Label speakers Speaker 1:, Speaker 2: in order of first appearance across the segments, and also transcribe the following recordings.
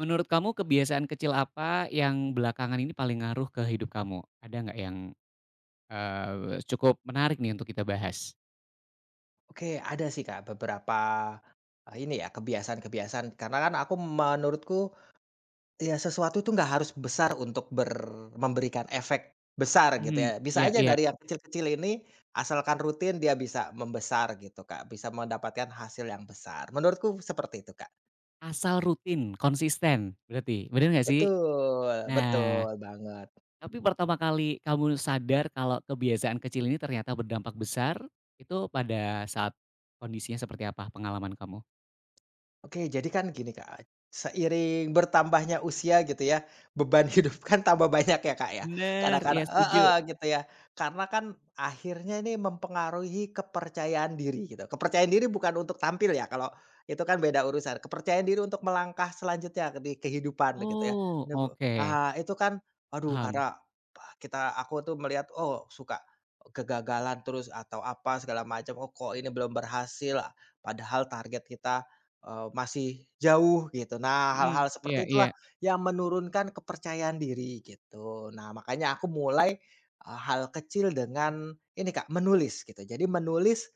Speaker 1: Menurut kamu kebiasaan kecil apa yang belakangan ini paling ngaruh ke hidup kamu? Ada nggak yang, cukup menarik nih untuk kita bahas?
Speaker 2: Oke, ada sih Kak beberapa, ini ya kebiasaan-kebiasaan karena kan aku menurutku ya sesuatu itu nggak harus besar untuk memberikan efek besar gitu
Speaker 1: Mhm,
Speaker 2: ya. Bisa
Speaker 1: iya
Speaker 2: aja
Speaker 1: iya.
Speaker 2: dari yang kecil-kecil ini asalkan rutin dia bisa membesar gitu Kak, bisa mendapatkan hasil yang besar. Menurutku seperti itu Kak.
Speaker 1: Asal rutin, konsisten berarti, bener nggak sih?
Speaker 2: Betul,
Speaker 1: Nah,
Speaker 2: betul banget.
Speaker 1: tapi pertama kali kamu sadar kalau kebiasaan kecil ini ternyata berdampak besar, itu pada saat kondisinya seperti apa pengalaman kamu?
Speaker 2: Oke, jadi kan gini Kak, seiring bertambahnya usia gitu ya, beban hidup kan tambah banyak ya Kak ya,
Speaker 1: Bener, iya
Speaker 2: kadang-kadang
Speaker 1: setuju.
Speaker 2: heeh, gitu ya. Karena kan akhirnya ini mempengaruhi kepercayaan diri gitu, kepercayaan diri bukan untuk tampil ya, kalau itu kan beda urusan, kepercayaan diri untuk melangkah selanjutnya di kehidupan gitu ya.
Speaker 1: Oh,
Speaker 2: Nebe
Speaker 1: oke,
Speaker 2: ah, itu kan aduh
Speaker 1: paham.
Speaker 2: karena ah, aku tuh melihat, oh suka kegagalan terus atau apa segala macam, oh kok ini belum berhasil, padahal target kita masih jauh gitu. Nah,
Speaker 1: Mhm,
Speaker 2: hal-hal
Speaker 1: iya
Speaker 2: seperti
Speaker 1: iya.
Speaker 2: itulah yang menurunkan kepercayaan diri gitu. Nah, makanya aku mulai, hal kecil dengan ini Kak, menulis gitu. Jadi menulis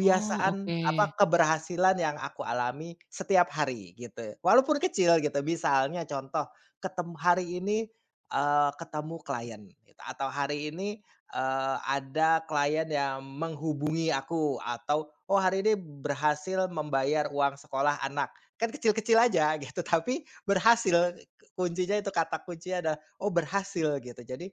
Speaker 1: Oh, oke.
Speaker 2: apa, keberhasilan yang aku alami setiap hari gitu. Walaupun kecil gitu, misalnya contoh hari ini, ketemu klien gitu, atau hari ini, ada klien yang menghubungi aku, atau oh, hari ini berhasil membayar uang sekolah anak, kan kecil-kecil aja gitu tapi berhasil, kuncinya itu kata kuncinya ada oh berhasil gitu. Jadi,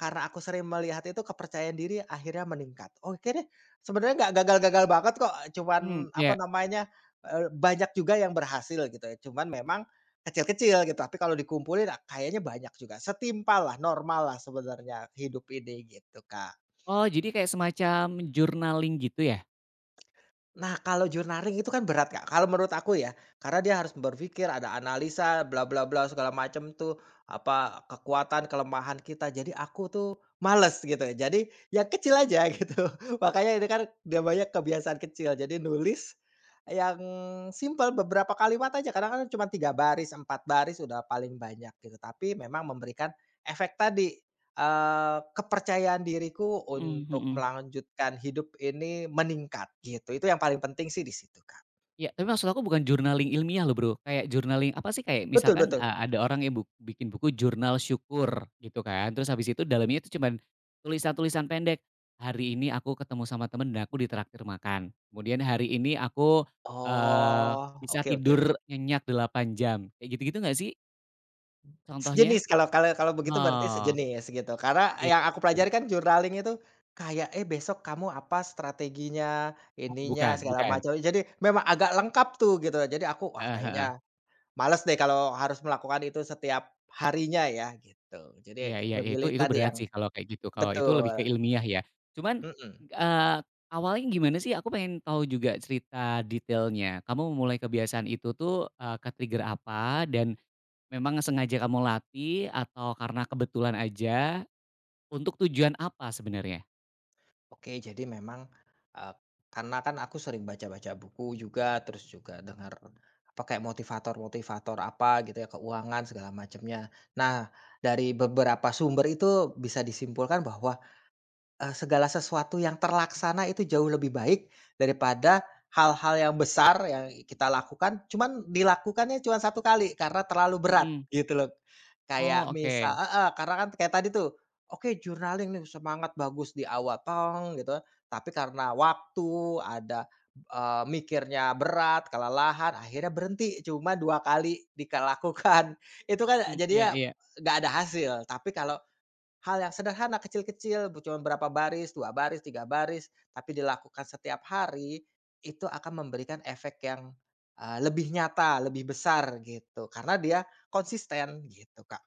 Speaker 2: karena aku sering melihat itu kepercayaan diri akhirnya meningkat, oke deh sebenarnya nggak gagal-gagal banget kok,
Speaker 1: Hmm,
Speaker 2: cuman apa
Speaker 1: iya.
Speaker 2: namanya, banyak juga yang berhasil gitu ya, cuman memang, kecil-kecil gitu tapi kalau dikumpulin ah, kayaknya banyak juga, setimpal lah, normal lah sebenarnya hidup ini gitu Kak.
Speaker 1: Oh, jadi kayak semacam journaling gitu ya?
Speaker 2: Nah, kalau journaling itu kan berat, Kak, kalau menurut aku ya, karena dia harus berpikir, ada analisa, bla bla bla, segala macam tuh, apa, kekuatan, kelemahan kita, jadi aku tuh males gitu ya. Jadi, ya kecil aja gitu. Makanya ini kan dia banyak kebiasaan kecil, jadi nulis yang simpel, beberapa kalimat aja, kadang kan cuma 3 baris, 4 baris udah paling banyak gitu, tapi memang memberikan efek tadi. Kepercayaan diriku
Speaker 1: Mhm
Speaker 2: untuk
Speaker 1: mhm.
Speaker 2: melanjutkan hidup ini meningkat gitu, itu yang paling penting sih di situ, Kak.
Speaker 1: Iya, tapi maksud aku bukan journaling ilmiah loh, Bro, kayak journaling apa sih, kayak
Speaker 2: Betul
Speaker 1: misalkan,
Speaker 2: betul.
Speaker 1: ada orang yang bikin buku jurnal syukur gitu kan, terus habis itu dalamnya itu cuman tulisan-tulisan pendek, "Hari ini aku ketemu sama temen dan aku ditraktir makan," kemudian, "Hari ini aku,
Speaker 2: Oh,
Speaker 1: bisa
Speaker 2: oke oke oke.
Speaker 1: tidur nyenyak 8 jam," kayak gitu-gitu nggak sih contohnya?
Speaker 2: Sejenis, kalau kalau kalau begitu berarti
Speaker 1: Oh,
Speaker 2: sejenis gitu, karena
Speaker 1: iya
Speaker 2: yang aku
Speaker 1: iya.
Speaker 2: pelajari kan journaling itu kayak, "Eh, besok kamu apa strateginya,
Speaker 1: Oh,
Speaker 2: ininya,
Speaker 1: bukan
Speaker 2: segala
Speaker 1: bukan.
Speaker 2: macam." Jadi memang agak lengkap tuh gitu. Jadi aku, "Wah,
Speaker 1: Heeh heeh.
Speaker 2: kayaknya males deh kalau harus melakukan itu setiap harinya ya," gitu.
Speaker 1: Iya
Speaker 2: Jadi
Speaker 1: iya iya, itu
Speaker 2: memilih
Speaker 1: itu
Speaker 2: tadi
Speaker 1: berat
Speaker 2: yang
Speaker 1: sih kalau kayak gitu, kalau itu
Speaker 2: betul,
Speaker 1: lebih ke ilmiah ya. Cuman,
Speaker 2: mhm.
Speaker 1: eee, awalnya gimana sih? Aku pengen tahu juga cerita detailnya. Kamu memulai kebiasaan itu tuh, ke-trigger apa? Dan memang sengaja kamu latih atau karena kebetulan aja? Untuk tujuan apa sebenarnya?
Speaker 2: Oke, jadi memang, eee, karena kan aku sering baca-baca buku juga, terus juga dengar apa kayak motivator-motivator apa gitu ya, keuangan segala macamnya. Nah, dari beberapa sumber itu bisa disimpulkan bahwa segala sesuatu yang terlaksana itu jauh lebih baik daripada hal-hal yang besar yang kita lakukan, cuman dilakukannya cuma satu kali karena terlalu berat
Speaker 1: Mhm.
Speaker 2: gitu loh.
Speaker 1: Oh,
Speaker 2: Kayak misal
Speaker 1: oke.
Speaker 2: heeh, karena kan kayak tadi tuh, oke journaling nih semangat bagus di awal tong gitu, tapi karena waktu, ada, mikirnya berat, kelelahan, akhirnya berhenti cuma 2 kali itu kan
Speaker 1: Mhm, iya
Speaker 2: jadinya
Speaker 1: iya.
Speaker 2: nggak ada hasil, tapi kalau hal yang sederhana kecil-kecil, cuma berapa baris, 2 baris, 3 baris, tapi dilakukan setiap hari, itu akan memberikan efek yang, lebih nyata, lebih besar gitu, karena dia konsisten gitu, Kak.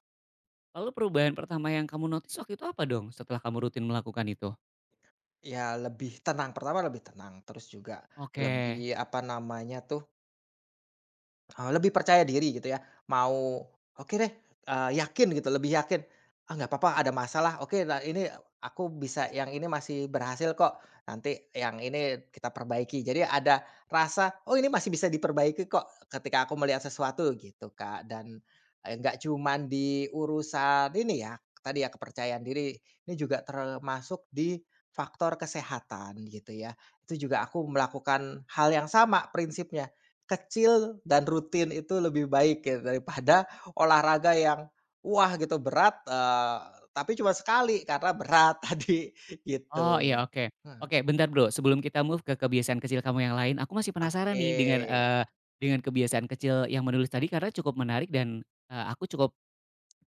Speaker 1: Lalu perubahan pertama yang kamu notice waktu itu apa dong setelah kamu rutin melakukan itu?
Speaker 2: Ya lebih tenang, pertama lebih tenang, terus juga lebih,
Speaker 1: Oke.
Speaker 2: apa namanya tuh, lebih percaya diri gitu ya, mau, "Oke deh," yakin gitu, lebih yakin, "Ah, nggak apa ada masalah, oke nah ini aku bisa, yang ini masih berhasil kok, nanti yang ini kita perbaiki." Jadi ada rasa, "Oh ini masih bisa diperbaiki kok," ketika aku melihat sesuatu gitu, Kak. Dan, nggak cuman di urusan ini ya, tadi ya kepercayaan diri, ini juga termasuk di faktor kesehatan gitu ya. Itu juga aku melakukan hal yang sama prinsipnya. Kecil dan rutin itu lebih baik ya daripada olahraga yang, wah gitu berat, tapi cuma sekali karena berat tadi
Speaker 1: Oh
Speaker 2: gitu.
Speaker 1: iya oke.
Speaker 2: Heeh,
Speaker 1: Oke bentar Bro, sebelum kita move ke kebiasaan kecil kamu yang lain, aku masih penasaran
Speaker 2: oke.
Speaker 1: nih dengan kebiasaan kecil yang menulis tadi karena cukup menarik dan, aku cukup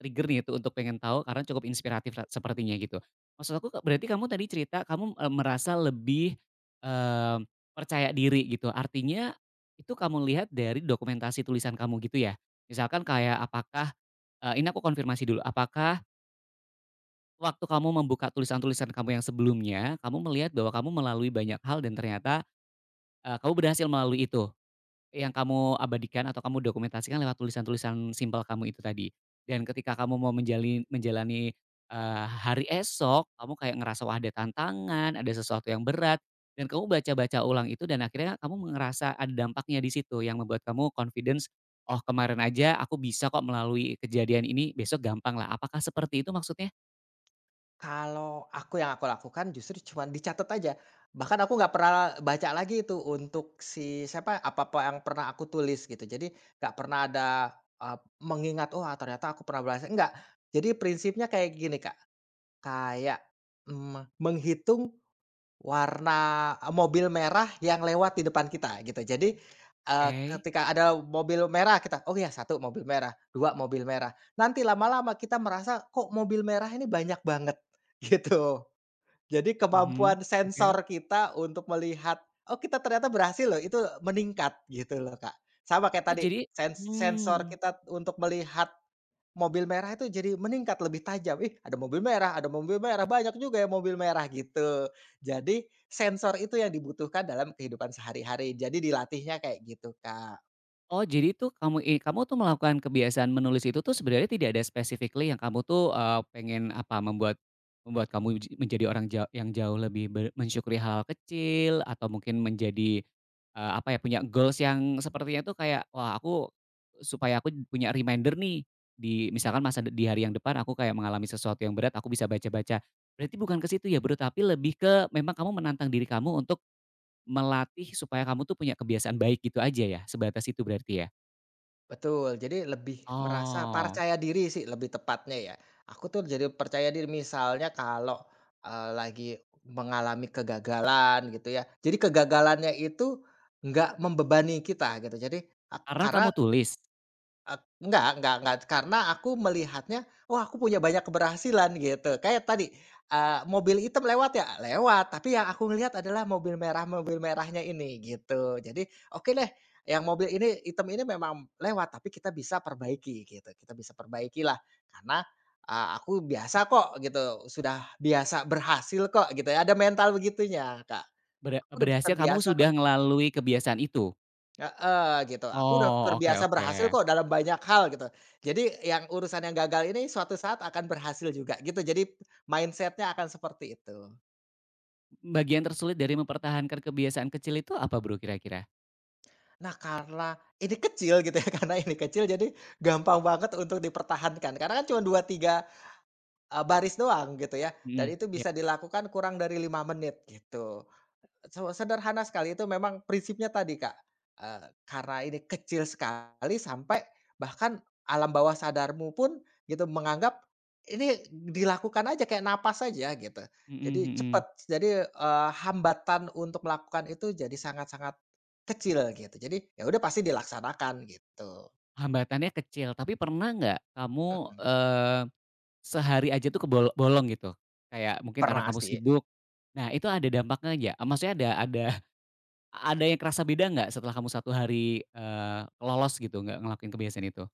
Speaker 1: trigger nih itu untuk pengen tahu karena cukup inspiratif la sepertinya gitu. Maksud aku berarti kamu tadi cerita kamu, merasa lebih, eee, percaya diri gitu, artinya itu kamu lihat dari dokumentasi tulisan kamu gitu ya? Misalkan kayak ini aku konfirmasi dulu, apakah waktu kamu membuka tulisan-tulisan kamu yang sebelumnya, kamu melihat bahwa kamu melalui banyak hal dan ternyata, kamu berhasil melalui itu, yang kamu abadikan atau kamu dokumentasikan lewat tulisan-tulisan simpel kamu itu tadi. Dan ketika kamu mau menjalani, hari esok, kamu kayak ngerasa, wah ada tantangan, ada sesuatu yang berat, dan kamu baca-baca ulang itu dan akhirnya kamu ngerasa ada dampaknya di situ yang membuat kamu confidence, "Oh kemarin aja aku bisa kok melalui kejadian ini, besok gampang lah." Apakah seperti itu maksudnya?
Speaker 2: Kalau aku yang aku lakukan justru cuman dicatat aja, bahkan aku nggak pernah baca lagi itu untuk siapa, apa-apa yang pernah aku tulis gitu. Jadi nggak pernah ada, eee, mengingat, oh ternyata aku pernah bahas" enggak. Jadi prinsipnya kayak gini Kak, kayak, menghitung warna, mobil merah yang lewat di depan kita gitu. Jadi, eee,
Speaker 1: Oke.
Speaker 2: ketika ada mobil merah kita, "Oh ya satu mobil merah, 2 mobil merah." Nanti lama-lama kita merasa, "Kok mobil merah ini banyak banget?" Gitu. Jadi
Speaker 1: Mhm,
Speaker 2: kemampuan
Speaker 1: oke.
Speaker 2: sensor kita untuk melihat, "Oh kita ternyata berhasil loh," itu meningkat gitu loh, Kak. Sama kayak
Speaker 1: Oh
Speaker 2: tadi,
Speaker 1: jadi
Speaker 2: sensor
Speaker 1: mmm,
Speaker 2: kita untuk melihat mobil merah itu jadi meningkat lebih tajam, "Ih ada mobil merah, ada mobil merah, banyak juga ya mobil merah," gitu. Jadi sensor itu yang dibutuhkan dalam kehidupan sehari-hari, jadi dilatihnya kayak gitu, Kak.
Speaker 1: oh jadi tuh kamu tuh melakukan kebiasaan menulis itu tuh sebenarnya tidak ada specifically yang kamu tuh, pengen apa, membuat membuat kamu menjadi orang yang jauh lebih mensyukuri hal-hal kecil atau mungkin menjadi, apa ya, punya goals yang sepertinya tuh kayak, "Wah supaya aku punya reminder nih di" misalkan masa di hari yang depan aku kayak mengalami sesuatu yang berat, aku bisa baca-baca. Berarti bukan ke situ ya, Bro, tapi lebih ke memang kamu menantang diri kamu untuk melatih supaya kamu tuh punya kebiasaan baik gitu aja ya, sebatas itu berarti ya?
Speaker 2: Betul, jadi lebih merasa
Speaker 1: Oh,
Speaker 2: percaya diri sih lebih tepatnya ya. Aku tuh jadi percaya diri misalnya kalau, lagi mengalami kegagalan gitu ya. Jadi kegagalannya itu nggak membebani kita gitu. Jadi
Speaker 1: karena kamu
Speaker 2: karena
Speaker 1: tulis,
Speaker 2: Enggak, karena aku melihatnya, wah aku punya banyak keberhasilan gitu. Kayak tadi, mobil hitam lewat ya? Lewat, tapi yang aku ngelihat adalah mobil merah, mobil merahnya ini gitu. Jadi, oke deh yang mobil ini hitam ini memang lewat, tapi kita bisa perbaiki gitu, kita bisa perbaiki lah. Karena, aku biasa kok gitu, sudah biasa berhasil kok gitu ya, ada mental begitunya Kak. Aku udah
Speaker 1: berhasil kamu
Speaker 2: terbiasa
Speaker 1: sudah melalui kebiasaan itu?
Speaker 2: heeh, gitu. Aku udah
Speaker 1: Oh, oke
Speaker 2: terbiasa berhasil
Speaker 1: oke.
Speaker 2: kok dalam banyak hal gitu. Jadi yang urusan yang gagal ini suatu saat akan berhasil juga gitu. Jadi mindsetnya akan seperti itu.
Speaker 1: Bagian tersulit dari mempertahankan kebiasaan kecil itu apa Bro kira-kira?
Speaker 2: Nah karena ini kecil gitu ya, karena ini kecil jadi gampang banget untuk dipertahankan. Karena kan cuma 2 3 baris doang gitu ya, dan
Speaker 1: Mhm.
Speaker 2: itu
Speaker 1: Iya.
Speaker 2: bisa dilakukan kurang dari 5 menit gitu. Sederhana sekali itu memang prinsipnya tadi, Kak, karena ini kecil sekali sampai bahkan alam bawah sadarmu pun gitu menganggap ini dilakukan aja kayak napas aja gitu.
Speaker 1: Mhm
Speaker 2: Jadi
Speaker 1: mhm.
Speaker 2: cepat jadi, hambatan untuk melakukan itu jadi sangat-sangat kecil gitu. Jadi ya udah pasti dilaksanakan gitu.
Speaker 1: Hambatannya kecil, tapi pernah nggak kamu,
Speaker 2: Mhm,
Speaker 1: eee, sehari aja tuh kebolong gitu? Kayak mungkin karena
Speaker 2: pernah
Speaker 1: kamu
Speaker 2: sih.
Speaker 1: sibuk, nah itu ada dampaknya ya? Maksudnya ada yang kerasa beda nggak setelah kamu satu hari, lolos gitu, nggak ngelakuin kebiasaan itu?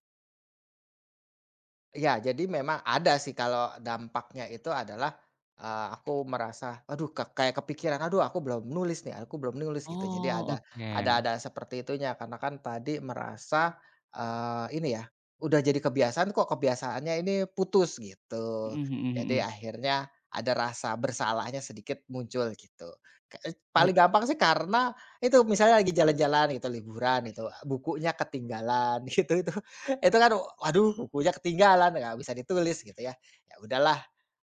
Speaker 2: Ya jadi memang ada sih, kalau dampaknya itu adalah, aku merasa, aduh kayak kepikiran, "Aduh aku belum nulis nih, aku belum nulis," gitu. Jadi
Speaker 1: Oh,
Speaker 2: ada ada
Speaker 1: oke.
Speaker 2: ada seperti itunya karena kan tadi merasa, ini ya, udah jadi kebiasaan kok kebiasaannya ini putus gitu.
Speaker 1: Mhm mhm
Speaker 2: Jadi
Speaker 1: mhm.
Speaker 2: akhirnya ada rasa bersalahnya sedikit muncul gitu. Ke e
Speaker 1: Oh
Speaker 2: Paling gampang sih karena itu misalnya lagi jalan-jalan gitu, liburan itu bukunya ketinggalan gitu, itu kan, waduh bukunya ketinggalan, nggak bisa ditulis gitu ya. Ya udahlah,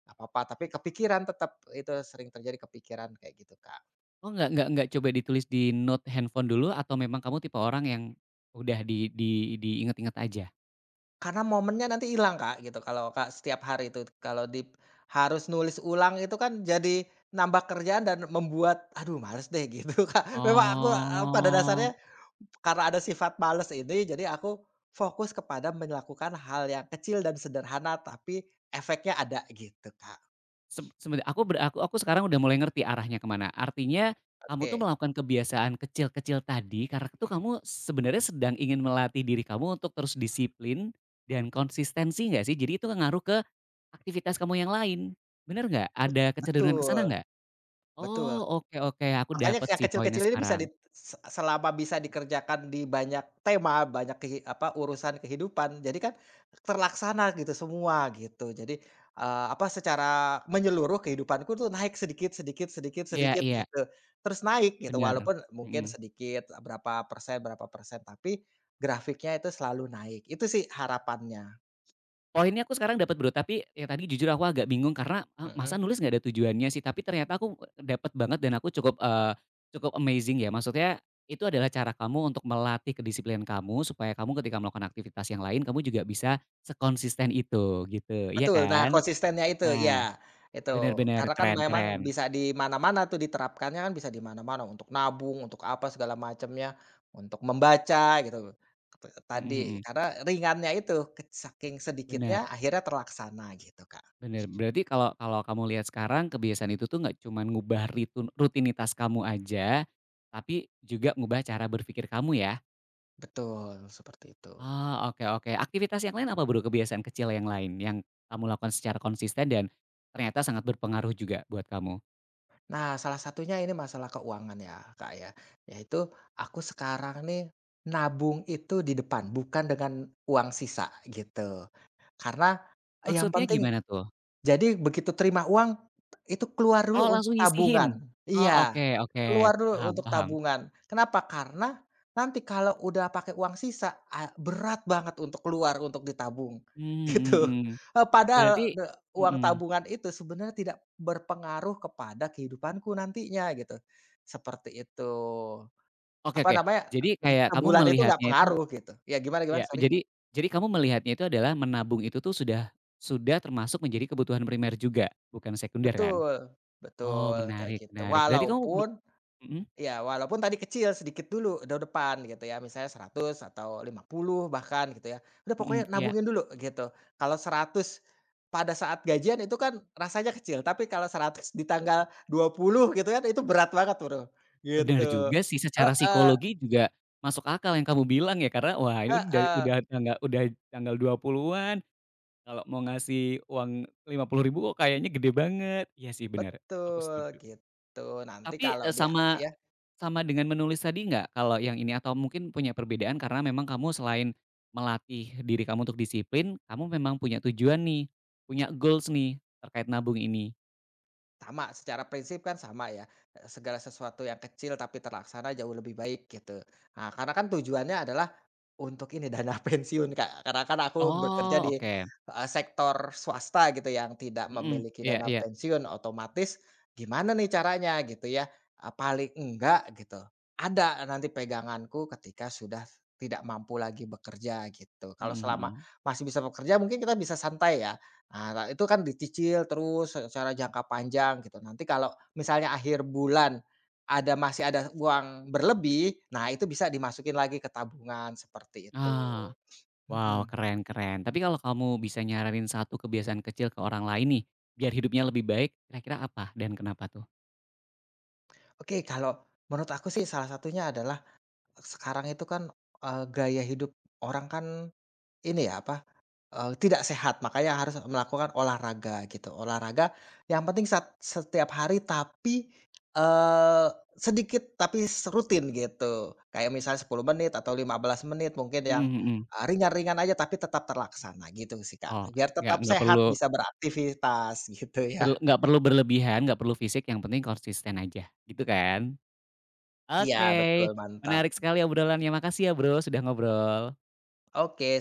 Speaker 2: nggak apa-apa, tapi kepikiran tetap, itu sering terjadi kepikiran kayak gitu, Kak.
Speaker 1: oh, nggak coba ditulis di note handphone dulu atau memang kamu tipe orang yang udah di diinget-inget aja?
Speaker 2: Karena momennya nanti hilang, Kak, gitu kalau Kak setiap hari itu kalau harus nulis ulang itu kan jadi nambah kerjaan dan membuat, aduh males deh gitu, Kak. Memang aku, pada
Speaker 1: Oh.
Speaker 2: dasarnya karena ada sifat males ini, jadi aku fokus kepada melakukan hal yang kecil dan sederhana tapi efeknya ada gitu, Kak.
Speaker 1: Sebenarnya aku ber aku sekarang udah mulai ngerti arahnya ke mana. Artinya kamu tuh
Speaker 2: Oke.
Speaker 1: melakukan kebiasaan kecil-kecil tadi karena tuh kamu sebenarnya sedang ingin melatih diri kamu untuk terus disiplin dan konsistensi nggak sih? Jadi itu ngaruh ke aktivitas kamu yang lain, bener nggak? Ada kecenderungan ke
Speaker 2: Betul
Speaker 1: sana nggak?
Speaker 2: betul.
Speaker 1: Oh, oke oke, aku
Speaker 2: Makanya
Speaker 1: dapet
Speaker 2: yang
Speaker 1: sih poinnya
Speaker 2: kecil-kecil ini bisa
Speaker 1: sekarang.
Speaker 2: dit se selama bisa dikerjakan di banyak tema, banyak apa, urusan kehidupan, jadi kan terlaksana gitu semua gitu. Jadi, apa, secara menyeluruh kehidupanku tuh naik sedikit sedikit sedikit
Speaker 1: Iya
Speaker 2: sedikit
Speaker 1: iya,
Speaker 2: gitu, terus naik gitu
Speaker 1: bener,
Speaker 2: walaupun mungkin
Speaker 1: mhm.
Speaker 2: sedikit, berapa persen, tapi grafiknya itu selalu naik. Itu sih harapannya,
Speaker 1: Poinnya aku sekarang dapat Bro, tapi yang tadi jujur aku agak bingung karena, masa
Speaker 2: mhm.
Speaker 1: nulis nggak ada tujuannya sih, tapi ternyata aku dapat banget dan aku cukup, cukup amazing ya. Maksudnya itu adalah cara kamu untuk melatih kedisiplinan kamu supaya kamu ketika melakukan aktivitas yang lain kamu juga bisa sekonsisten itu gitu, iya
Speaker 2: Betul, nah
Speaker 1: kan?
Speaker 2: konsistennya itu,
Speaker 1: Nah,
Speaker 2: iya, itu.
Speaker 1: bener bener,
Speaker 2: Karena kan
Speaker 1: keren
Speaker 2: memang
Speaker 1: keren.
Speaker 2: bisa di mana-mana tuh diterapkannya, kan bisa di mana-mana, untuk nabung, untuk apa segala macamnya, untuk membaca gitu,
Speaker 1: Mhm
Speaker 2: tadi,
Speaker 1: mhm,
Speaker 2: karena ringannya itu, saking
Speaker 1: bener
Speaker 2: sedikitnya akhirnya terlaksana gitu, Kak.
Speaker 1: bener. Berarti kalau kalau kamu lihat sekarang kebiasaan itu tuh nggak cuman ngubah rutinitas kamu aja, tapi juga ngubah cara berpikir kamu ya?
Speaker 2: Betul, seperti itu.
Speaker 1: Ah oke oke. Aktivitas yang lain apa Bro, kebiasaan kecil yang lain yang kamu lakukan secara konsisten dan ternyata sangat berpengaruh juga buat kamu?
Speaker 2: Nah, salah satunya ini masalah keuangan ya, Kak, ya, yaitu aku sekarang nih nabung itu di depan, bukan dengan uang sisa gitu. Karena yang
Speaker 1: Maksudnya
Speaker 2: penting,
Speaker 1: gimana tuh?
Speaker 2: jadi begitu terima uang, itu keluar dulu
Speaker 1: Oh,
Speaker 2: untuk
Speaker 1: langsung
Speaker 2: tabungan.
Speaker 1: nyisihin? Oh,
Speaker 2: Iya,
Speaker 1: oke oke,
Speaker 2: keluar dulu
Speaker 1: paham
Speaker 2: untuk
Speaker 1: paham.
Speaker 2: tabungan. Kenapa? Karena nanti kalau udah pakai uang sisa, berat banget untuk keluar untuk ditabung,
Speaker 1: Hmm hmm
Speaker 2: gitu.
Speaker 1: hmm. Berarti.
Speaker 2: Padahal de uang
Speaker 1: Hmm
Speaker 2: tabungan itu sebenarnya tidak berpengaruh kepada kehidupanku nantinya, gitu. Seperti itu.
Speaker 1: oke
Speaker 2: Apa
Speaker 1: oke.
Speaker 2: namanya,
Speaker 1: Jadi kayak kamu
Speaker 2: sebulan itu nggak
Speaker 1: melihatnya itu
Speaker 2: pengaruh gitu. Ya gimana gimana?
Speaker 1: ya,
Speaker 2: Sorry.
Speaker 1: jadi kamu melihatnya itu adalah menabung itu tuh sudah termasuk menjadi kebutuhan primer juga, bukan sekunder kan?
Speaker 2: Betul
Speaker 1: Oh,
Speaker 2: betul, kayak
Speaker 1: menarik
Speaker 2: gitu.
Speaker 1: menarik. Berarti kamu mhm
Speaker 2: Ya walaupun tadi kecil sedikit dulu depan gitu ya, misalnya 100 atau 50 bahkan gitu ya. Udah pokoknya
Speaker 1: mhm, iya.
Speaker 2: nabungin dulu gitu. Kalau 100 pada saat gajian itu kan rasanya kecil, tapi kalau 100 di tanggal 20 gitu kan itu berat banget, Bro, gitu.
Speaker 1: Bener juga sih, secara
Speaker 2: Heeh
Speaker 1: psikologi juga masuk akal yang kamu bilang ya, karena wah ini udah
Speaker 2: heeh,
Speaker 1: udah tanggal udah tanggal 20-an, kalau mau ngasih uang 50.000 kok kayaknya gede banget. Iya sih bener, aku
Speaker 2: betul
Speaker 1: setuju.
Speaker 2: gitu. Nanti
Speaker 1: Tapi,
Speaker 2: kalau dia
Speaker 1: sama
Speaker 2: ya.
Speaker 1: sama dengan menulis tadi nggak kalau yang ini atau mungkin punya perbedaan karena memang kamu selain melatih diri kamu untuk disiplin, kamu memang punya tujuan nih, punya goals nih terkait nabung ini?
Speaker 2: Sama, secara prinsip kan sama ya, segala sesuatu yang kecil tapi terlaksana jauh lebih baik gitu. Nah, karena kan tujuannya adalah untuk ini dana pensiun, Kak, karena kan aku bekerja
Speaker 1: Oh,
Speaker 2: di,
Speaker 1: oke.
Speaker 2: sektor swasta gitu yang tidak
Speaker 1: Mhm,
Speaker 2: memiliki
Speaker 1: iya
Speaker 2: dana
Speaker 1: iya.
Speaker 2: pensiun, otomatis gimana nih caranya gitu ya, paling enggak gitu, ada nanti peganganku ketika sudah tidak mampu lagi bekerja gitu. Kalau
Speaker 1: Mhm
Speaker 2: selama
Speaker 1: mhm.
Speaker 2: masih bisa bekerja mungkin kita bisa santai ya. Ah, nah itu kan dicicil terus secara jangka panjang gitu. Nanti kalau misalnya akhir bulan masih ada uang berlebih, nah itu bisa dimasukin lagi ke tabungan seperti itu.
Speaker 1: Ah. Wow,
Speaker 2: Mhm.
Speaker 1: keren keren. Tapi kalau kamu bisa nyaranin satu kebiasaan kecil ke orang lain nih, biar hidupnya lebih baik, kira-kira apa dan kenapa tuh?
Speaker 2: Oke, kalau menurut aku sih salah satunya adalah sekarang itu kan, gaya hidup orang kan ini ya apa, tidak sehat, makanya harus melakukan olahraga gitu. Olahraga yang penting setiap hari tapi, eee, sedikit tapi rutin gitu. Kayak misalnya 10 menit atau 15 menit mungkin yang,
Speaker 1: Mhm mhm.
Speaker 2: ringan-ringan aja tapi tetap terlaksana gitu sih, Kak.
Speaker 1: Oh,
Speaker 2: Biar
Speaker 1: nggak
Speaker 2: tetap
Speaker 1: nggak
Speaker 2: sehat
Speaker 1: perlu
Speaker 2: bisa beraktivitas gitu ya.
Speaker 1: nggak perlu berlebihan, nggak perlu fisik, yang penting konsisten aja, gitu kan?
Speaker 2: Iya betul,
Speaker 1: Oke,
Speaker 2: mantap.
Speaker 1: menarik sekali obrolannya. Makasih ya Bro, sudah ngobrol.
Speaker 2: Oke.